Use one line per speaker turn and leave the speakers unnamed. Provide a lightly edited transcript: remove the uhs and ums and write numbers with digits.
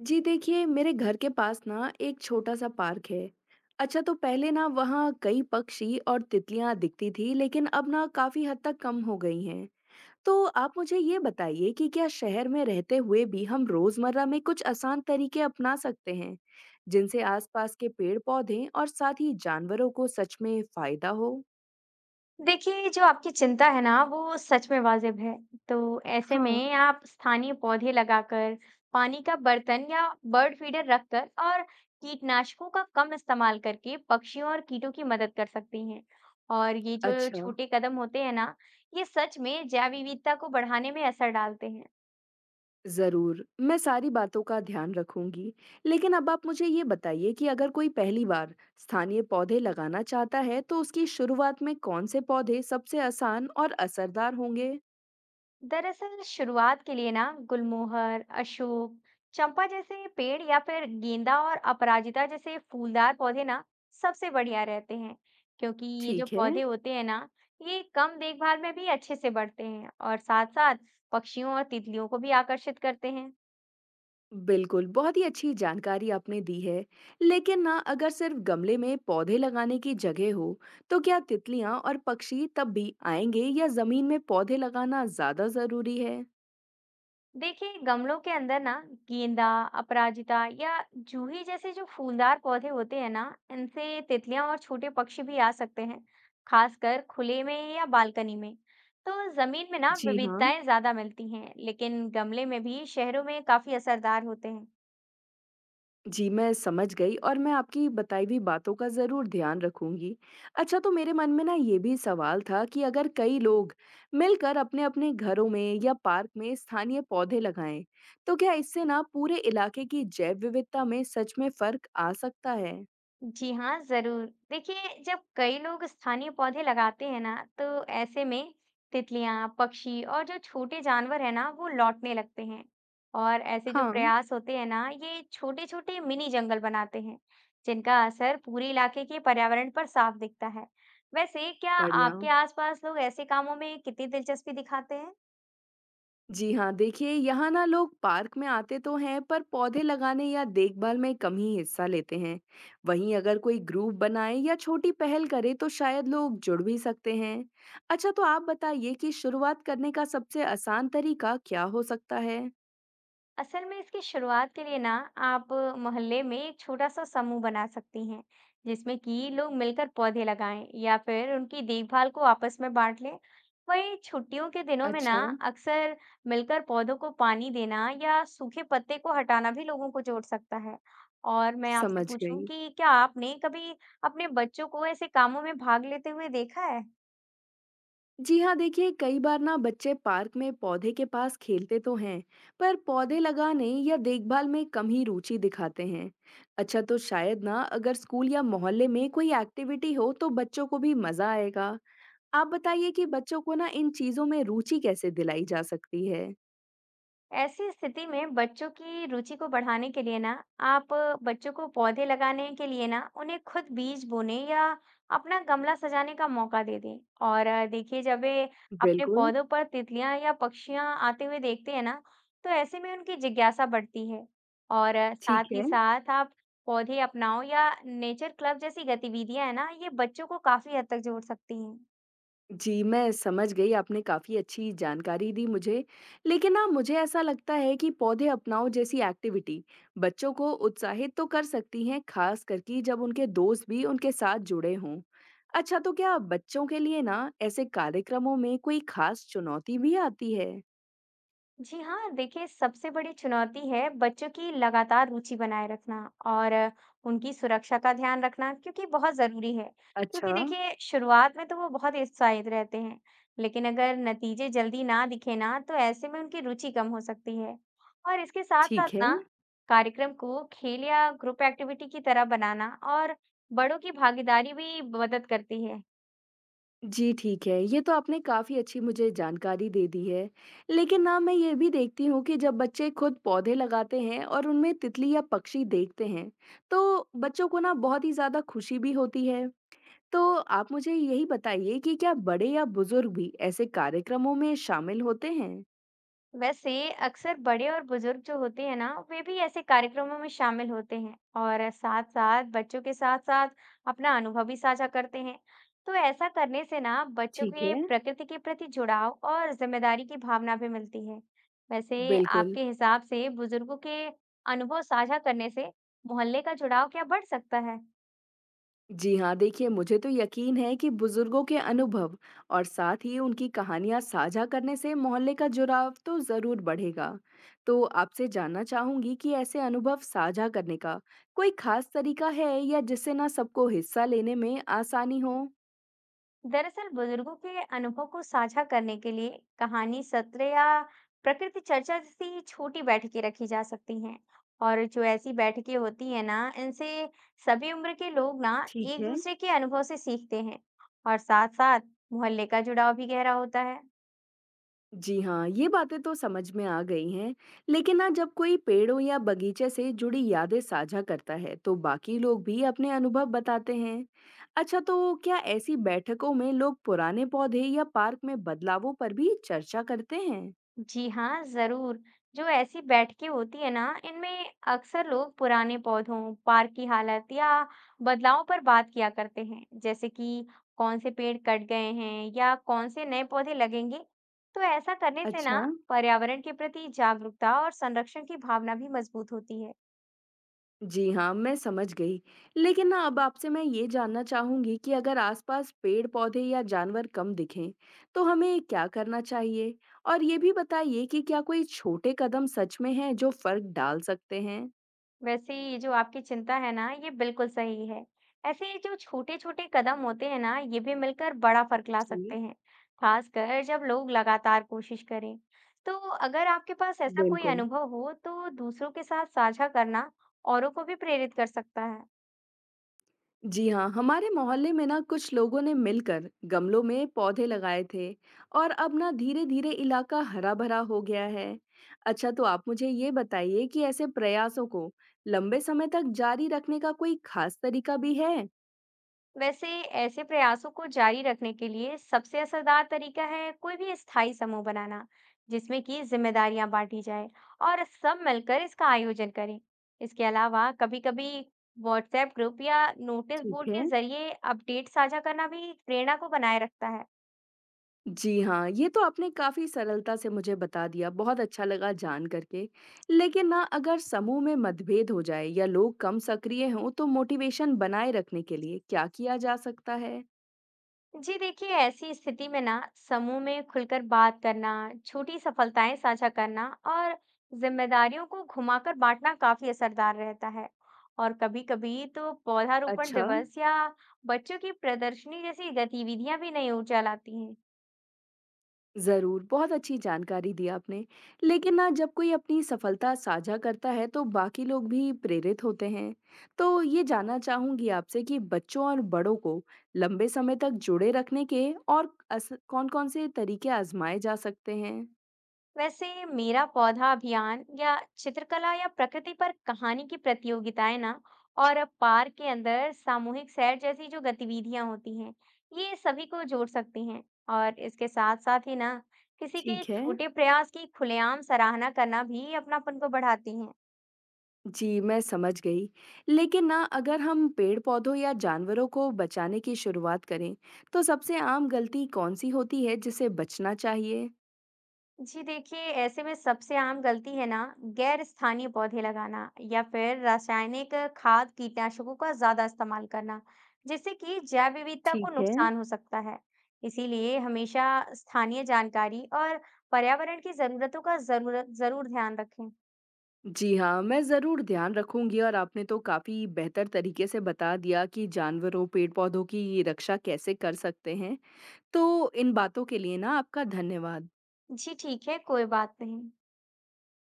जी देखिए, मेरे घर के पास ना एक छोटा-सा पार्क है। अच्छा तो पहले ना वहाँ कई पक्षी और तितलियाँ दिखती थी, लेकिन अब ना काफ़ी हद तक कम हो गई हैं। तो आप मुझे ये बताइए कि क्या शहर में रहते हुए भी हम रोज़मर्रा में कुछ आसान तरीके अपना सकते हैं, जिनसे आसपास के पेड़-पौधे और साथ ही जानवरों को सच में फ़ायदा हो?
देखिए, जो आपकी चिंता है ना, वो सच में वाजिब है। तो ऐसे
हाँ।
में आप स्थानीय पौधे लगाकर, पानी का बर्तन या बर्ड फीडर रखकर और कीटनाशकों का कम इस्तेमाल करके पक्षियों और कीटों की मदद कर सकती हैं। और ये जो
अच्छा।
छोटे कदम होते हैं ना, ये सच में जैव विविधता को बढ़ाने में असर डालते हैं।
ज़रूर, मैं सारी बातों का ध्यान रखूंगी। लेकिन अब आप मुझे ये बताइए कि अगर कोई पहली बार स्थानीय पौधे लगाना चाहता है, तो उसकी शुरुआत में कौन से पौधे सबसे आसान और असरदार होंगे?
दरअसल शुरुआत के लिए ना गुलमोहर, अशोक, चंपा जैसे पेड़ या फिर गेंदा और अपराजिता जैसे फूलदार पौधे ना सबसे बढ़िया रहते हैं क्योंकि ये जो
ठीक है।
पौधे होते हैं ना ये कम देखभाल में भी अच्छे से बढ़ते हैं और साथ साथ पक्षियों और तितलियों को भी आकर्षित करते हैं।
बिल्कुल, बहुत ही अच्छी जानकारी आपने दी है। लेकिन ना अगर सिर्फ गमले में पौधे लगाने की जगह हो, तो क्या तितलियां और पक्षी तब भी आएंगे या जमीन में पौधे लगाना ज़्यादा ज़रूरी है?
देखिए गमलों के अंदर ना गेंदा, अपराजिता या जूही जैसे जो फूलदार पौधे होते हैं ना, इनसे तितलियां और छोटे पक्षी भी आ सकते हैं, खासकर खुले में या बालकनी में। तो जमीन में ना
जी हाँ।
विविधताएं ज्यादा मिलती हैं, लेकिन गमले में भी शहरों में काफी असरदार होते हैं।
जी, मैं समझ गई और मैं आपकी बताई हुई बातों का ज़रूर ध्यान रखूँगी। अच्छा तो मेरे मन में ना ये भी सवाल था कि अगर कई लोग मिलकर अपने-अपने घरों में या पार्क में स्थानीय पौधे लगाएँ, तो क्या इससे ना पूरे इलाके की जैव विविधता में सच में फ़र्क आ सकता है?
जी हाँ, ज़रूर। देखिए, जब कई लोग स्थानीय पौधे लगाते हैं ना, तो ऐसे में तितलियाँ, पक्षी और जो छोटे जानवर हैं ना, वो लौटने लगते हैं। और ऐसे जो
हाँ।
प्रयास होते हैं ना, ये छोटे-छोटे मिनी जंगल बनाते हैं, जिनका असर पूरे इलाके के पर्यावरण पर साफ दिखता है। वैसे, क्या
बढ़िया।
आपके आसपास लोग ऐसे कामों में कितनी दिलचस्पी दिखाते हैं?
जी हाँ, देखिए यहाँ ना लोग पार्क में आते तो हैं पर पौधे लगाने या देखभाल में कम ही हिस्सा लेते हैं। वहीं अगर कोई ग्रुप बनाए या छोटी पहल करे तो शायद लोग जुड़ भी सकते हैं। अच्छा, तो आप बताइए कि शुरुआत करने का सबसे आसान तरीका क्या हो सकता है?
असल में इसकी शुरुआत के लिए ना आप मोहल्ले में एक छोटा सा समूह बना सकती हैं जिसमें कि लोग मिलकर पौधे लगाएं या फिर उनकी देखभाल को आपस में बांट लें। वहीं छुट्टियों के दिनों में ना
अच्छा।
अक्सर मिलकर पौधों को पानी देना या सूखे पत्ते को हटाना भी लोगों को जोड़ सकता है। और मैं आपसे
समझ
पूछूं
गई।
कि क्या आपने कभी अपने बच्चों को ऐसे कामों में भाग लेते हुए देखा है?
जी हाँ, देखिए कई बार ना बच्चे पार्क में पौधे के पास खेलते तो हैं पर पौधे लगाने या देखभाल में कम ही रुचि दिखाते हैं। अच्छा, तो शायद ना अगर स्कूल या मोहल्ले में कोई एक्टिविटी हो तो बच्चों को भी मजा आएगा। आप बताइए कि बच्चों को ना इन चीजों में रुचि कैसे दिलाई जा सकती है?
ऐसी स्थिति में बच्चों की रुचि को बढ़ाने के लिए ना आप बच्चों को पौधे लगाने के लिए ना उन्हें खुद बीज बोने या अपना गमला सजाने का मौका दे दें। और देखिए जब वे अपने
बिल्कुल।
पौधों पर तितलियां या पक्षियां आते हुए देखते हैं ना तो ऐसे में उनकी जिज्ञासा बढ़ती है। और
ठीक
साथ ही
है।
साथ आप पौधे अपनाओ या नेचर क्लब जैसी गतिविधियां है ना ये बच्चों को काफी हद तक जोड़ सकती हैं।
जी, मैं समझ गई, आपने काफ़ी अच्छी जानकारी दी मुझे। लेकिन ना मुझे ऐसा लगता है कि पौधे अपनाओ जैसी एक्टिविटी बच्चों को उत्साहित तो कर सकती हैं, खास करके जब उनके दोस्त भी उनके साथ जुड़े हों। अच्छा, तो क्या बच्चों के लिए ना ऐसे कार्यक्रमों में कोई खास चुनौती भी आती है?
जी हाँ देखिए सबसे बड़ी चुनौती है बच्चों की लगातार रुचि बनाए रखना और उनकी सुरक्षा का ध्यान रखना क्योंकि बहुत जरूरी है।
अच्छा,
क्योंकि देखिए शुरुआत में तो वो बहुत उत्साहित रहते हैं लेकिन अगर नतीजे जल्दी ना दिखे ना तो ऐसे में उनकी रुचि कम हो सकती है। और इसके साथ साथ
ठीक है।
ना कार्यक्रम को खेल या ग्रुप एक्टिविटी की तरह बनाना और बड़ों की भागीदारी भी मदद करती है।
जी, ठीक है। ये तो आपने काफ़ी अच्छी मुझे जानकारी दे दी है। लेकिन ना मैं ये भी देखती हूँ कि जब बच्चे खुद पौधे लगाते हैं और उनमें तितली या पक्षी देखते हैं, तो बच्चों को ना बहुत ही ज़्यादा खुशी भी होती है। तो आप मुझे यही बताइए कि क्या बड़े या बुज़ुर्ग भी ऐसे कार्यक्रमों में शामिल होते हैं?
वैसे अक्सर बड़े और बुजुर्ग जो होते हैं ना वे भी ऐसे कार्यक्रमों में शामिल होते हैं और साथ साथ बच्चों के साथ साथ अपना अनुभव भी साझा करते हैं। तो ऐसा करने से ना बच्चों
ठीक
के
है,
प्रकृति के प्रति जुड़ाव और जिम्मेदारी की भावना भी मिलती है। वैसे
बिल्कुल।
आपके हिसाब से बुजुर्गों के अनुभव साझा करने से मोहल्ले का जुड़ाव क्या बढ़ सकता है?
जी हाँ, देखिए मुझे तो यकीन है कि बुजुर्गों के अनुभव और साथ ही उनकी कहानियाँ साझा करने से मोहल्ले का जुड़ाव तो ज़रूर बढ़ेगा। तो आपसे जानना चाहूंगी कि ऐसे अनुभव साझा करने का कोई खास तरीका है या जिससे ना सबको हिस्सा लेने में आसानी हो?
दरअसल बुजुर्गों के अनुभव को साझा करने के लिए कहानी सत्र या प्रकृति चर्चा जैसी छोटी बैठकें रखी जा सकती हैं। और जो ऐसी बैठकें होती है ना इनसे सभी उम्र के लोग ना
ठीक
एक
है।
दूसरे के अनुभव से सीखते हैं और साथ साथ मोहल्ले का जुड़ाव भी गहरा होता है।
जी हाँ, ये बातें तो समझ में आ गई हैं, लेकिन ना जब कोई पेड़ों या बगीचे से जुड़ी यादें साझा करता है, तो बाकी लोग भी अपने अनुभव बताते हैं। अच्छा, तो क्या ऐसी बैठकों में लोग पुराने पौधे या पार्क में बदलावों पर भी चर्चा करते हैं?
जी हाँ, जरूर। जो ऐसी बैठकें होती है ना, इनमें अक्सर लोग पुराने पौधों, पार्क की हालत या बदलाव पर बात किया करते हैं, जैसे कि कौन से पेड़ कट गए हैं या कौन से नए पौधे लगेंगे। तो ऐसा करने से ना
अच्छा।
पर्यावरण के प्रति जागरूकता और संरक्षण की भावना भी मजबूत होती है।
जी हाँ, मैं समझ गई। लेकिन ना अब आपसे मैं ये जानना चाहूँगी कि अगर आसपास पेड़-पौधे या जानवर कम दिखें, तो हमें क्या करना चाहिए? और ये भी बताइए कि क्या कोई छोटे कदम सच में हैं जो फ़र्क डाल सकते हैं?
वैसे ये जो आपकी चिंता है ना ये बिल्कुल सही है। ऐसे ही जो छोटे छोटे कदम होते हैं ना ये भी मिलकर बड़ा फर्क ला
जी।
सकते हैं, खासकर जब लोग लगातार कोशिश करें। तो अगर आपके पास ऐसा कोई
बिल्कुल।
अनुभव हो तो दूसरों के साथ साझा करना औरों को भी प्रेरित कर सकता है।
जी हाँ, हमारे मोहल्ले में ना कुछ लोगों ने मिलकर गमलों में पौधे लगाए थे और अब ना धीरे धीरे इलाका हरा भरा हो गया है। अच्छा, तो आप मुझे ये बताइए कि ऐसे प्रयासों को लंबे समय तक जारी रखने का कोई खास तरीका भी है?
वैसे ऐसे प्रयासों को जारी रखने के लिए सबसे असरदार तरीका है कोई भी स्थायी समूह बनाना जिसमें कि जिम्मेदारियां बांटी जाए और सब मिलकर इसका आयोजन करें। इसके अलावा कभी-कभी व्हाट्सएप ग्रुप या नोटिस
ठीक
बोर्ड
है।
के जरिए अपडेट साझा करना भी प्रेरणा को बनाए रखता है।
जी हाँ, ये तो आपने काफी सरलता से मुझे बता दिया, बहुत अच्छा लगा जान करके। लेकिन ना अगर समूह में मतभेद हो जाए या लोग कम सक्रिय हों तो मोटिवेशन बनाए रखने के लिए क्या किया जा सकता है?
जी देखिए ऐसी स्थिति में ना समूह में खुलकर बात करना, छोटी सफलताएं साझा करना और जिम्मेदारियों को घुमाकर बांटना काफी असरदार रहता है। और कभी-कभी तो पौधारोपण
अच्छा।
दिवस या बच्चों की प्रदर्शनी जैसी गतिविधियां भी नई ऊर्जा लाती हैं।
ज़रूर, बहुत अच्छी जानकारी दी आपने। लेकिन ना जब कोई अपनी सफलता साझा करता है तो बाकी लोग भी प्रेरित होते हैं। तो ये जानना चाहूँगी आपसे कि बच्चों और बड़ों को लंबे समय तक जुड़े रखने के और अस कौन-कौन से तरीके आज़माए जा सकते हैं?
वैसे मेरा पौधा अभियान या चित्रकला या प्रकृति पर कहानी की प्रतियोगिताएं ना और पार्क के अंदर सामूहिक सैर जैसी जो गतिविधियां होती हैं ये सभी को जोड़ सकती हैं। और इसके साथ साथ ही ना किसी के
ठीक है।
छोटे प्रयास की खुलेआम सराहना करना भी अपनापन को बढ़ाती है।
जी, मैं समझ गई। लेकिन ना अगर हम पेड़-पौधों या जानवरों को बचाने की शुरुआत करें, तो सबसे आम गलती कौन-सी होती है जिसे बचना चाहिए?
जी देखिए ऐसे में सबसे आम गलती है ना गैर स्थानीय पौधे लगाना या फिर रासायनिक खाद कीटनाशकों का ज्यादा इस्तेमाल करना जिससे कि जैव विविधता
ठीक
को
है।
नुकसान हो सकता है। इसीलिए हमेशा स्थानीय जानकारी और पर्यावरण की जरूरतों का जरूरत जरूर ध्यान रखें।
जी हाँ, मैं ज़रूर ध्यान रखूँगी और आपने तो काफ़ी बेहतर तरीके से बता दिया कि जानवरों, पेड़-पौधों की रक्षा कैसे कर सकते हैं। तो इन बातों के लिए ना आपका धन्यवाद।
जी ठीक है कोई बात नहीं।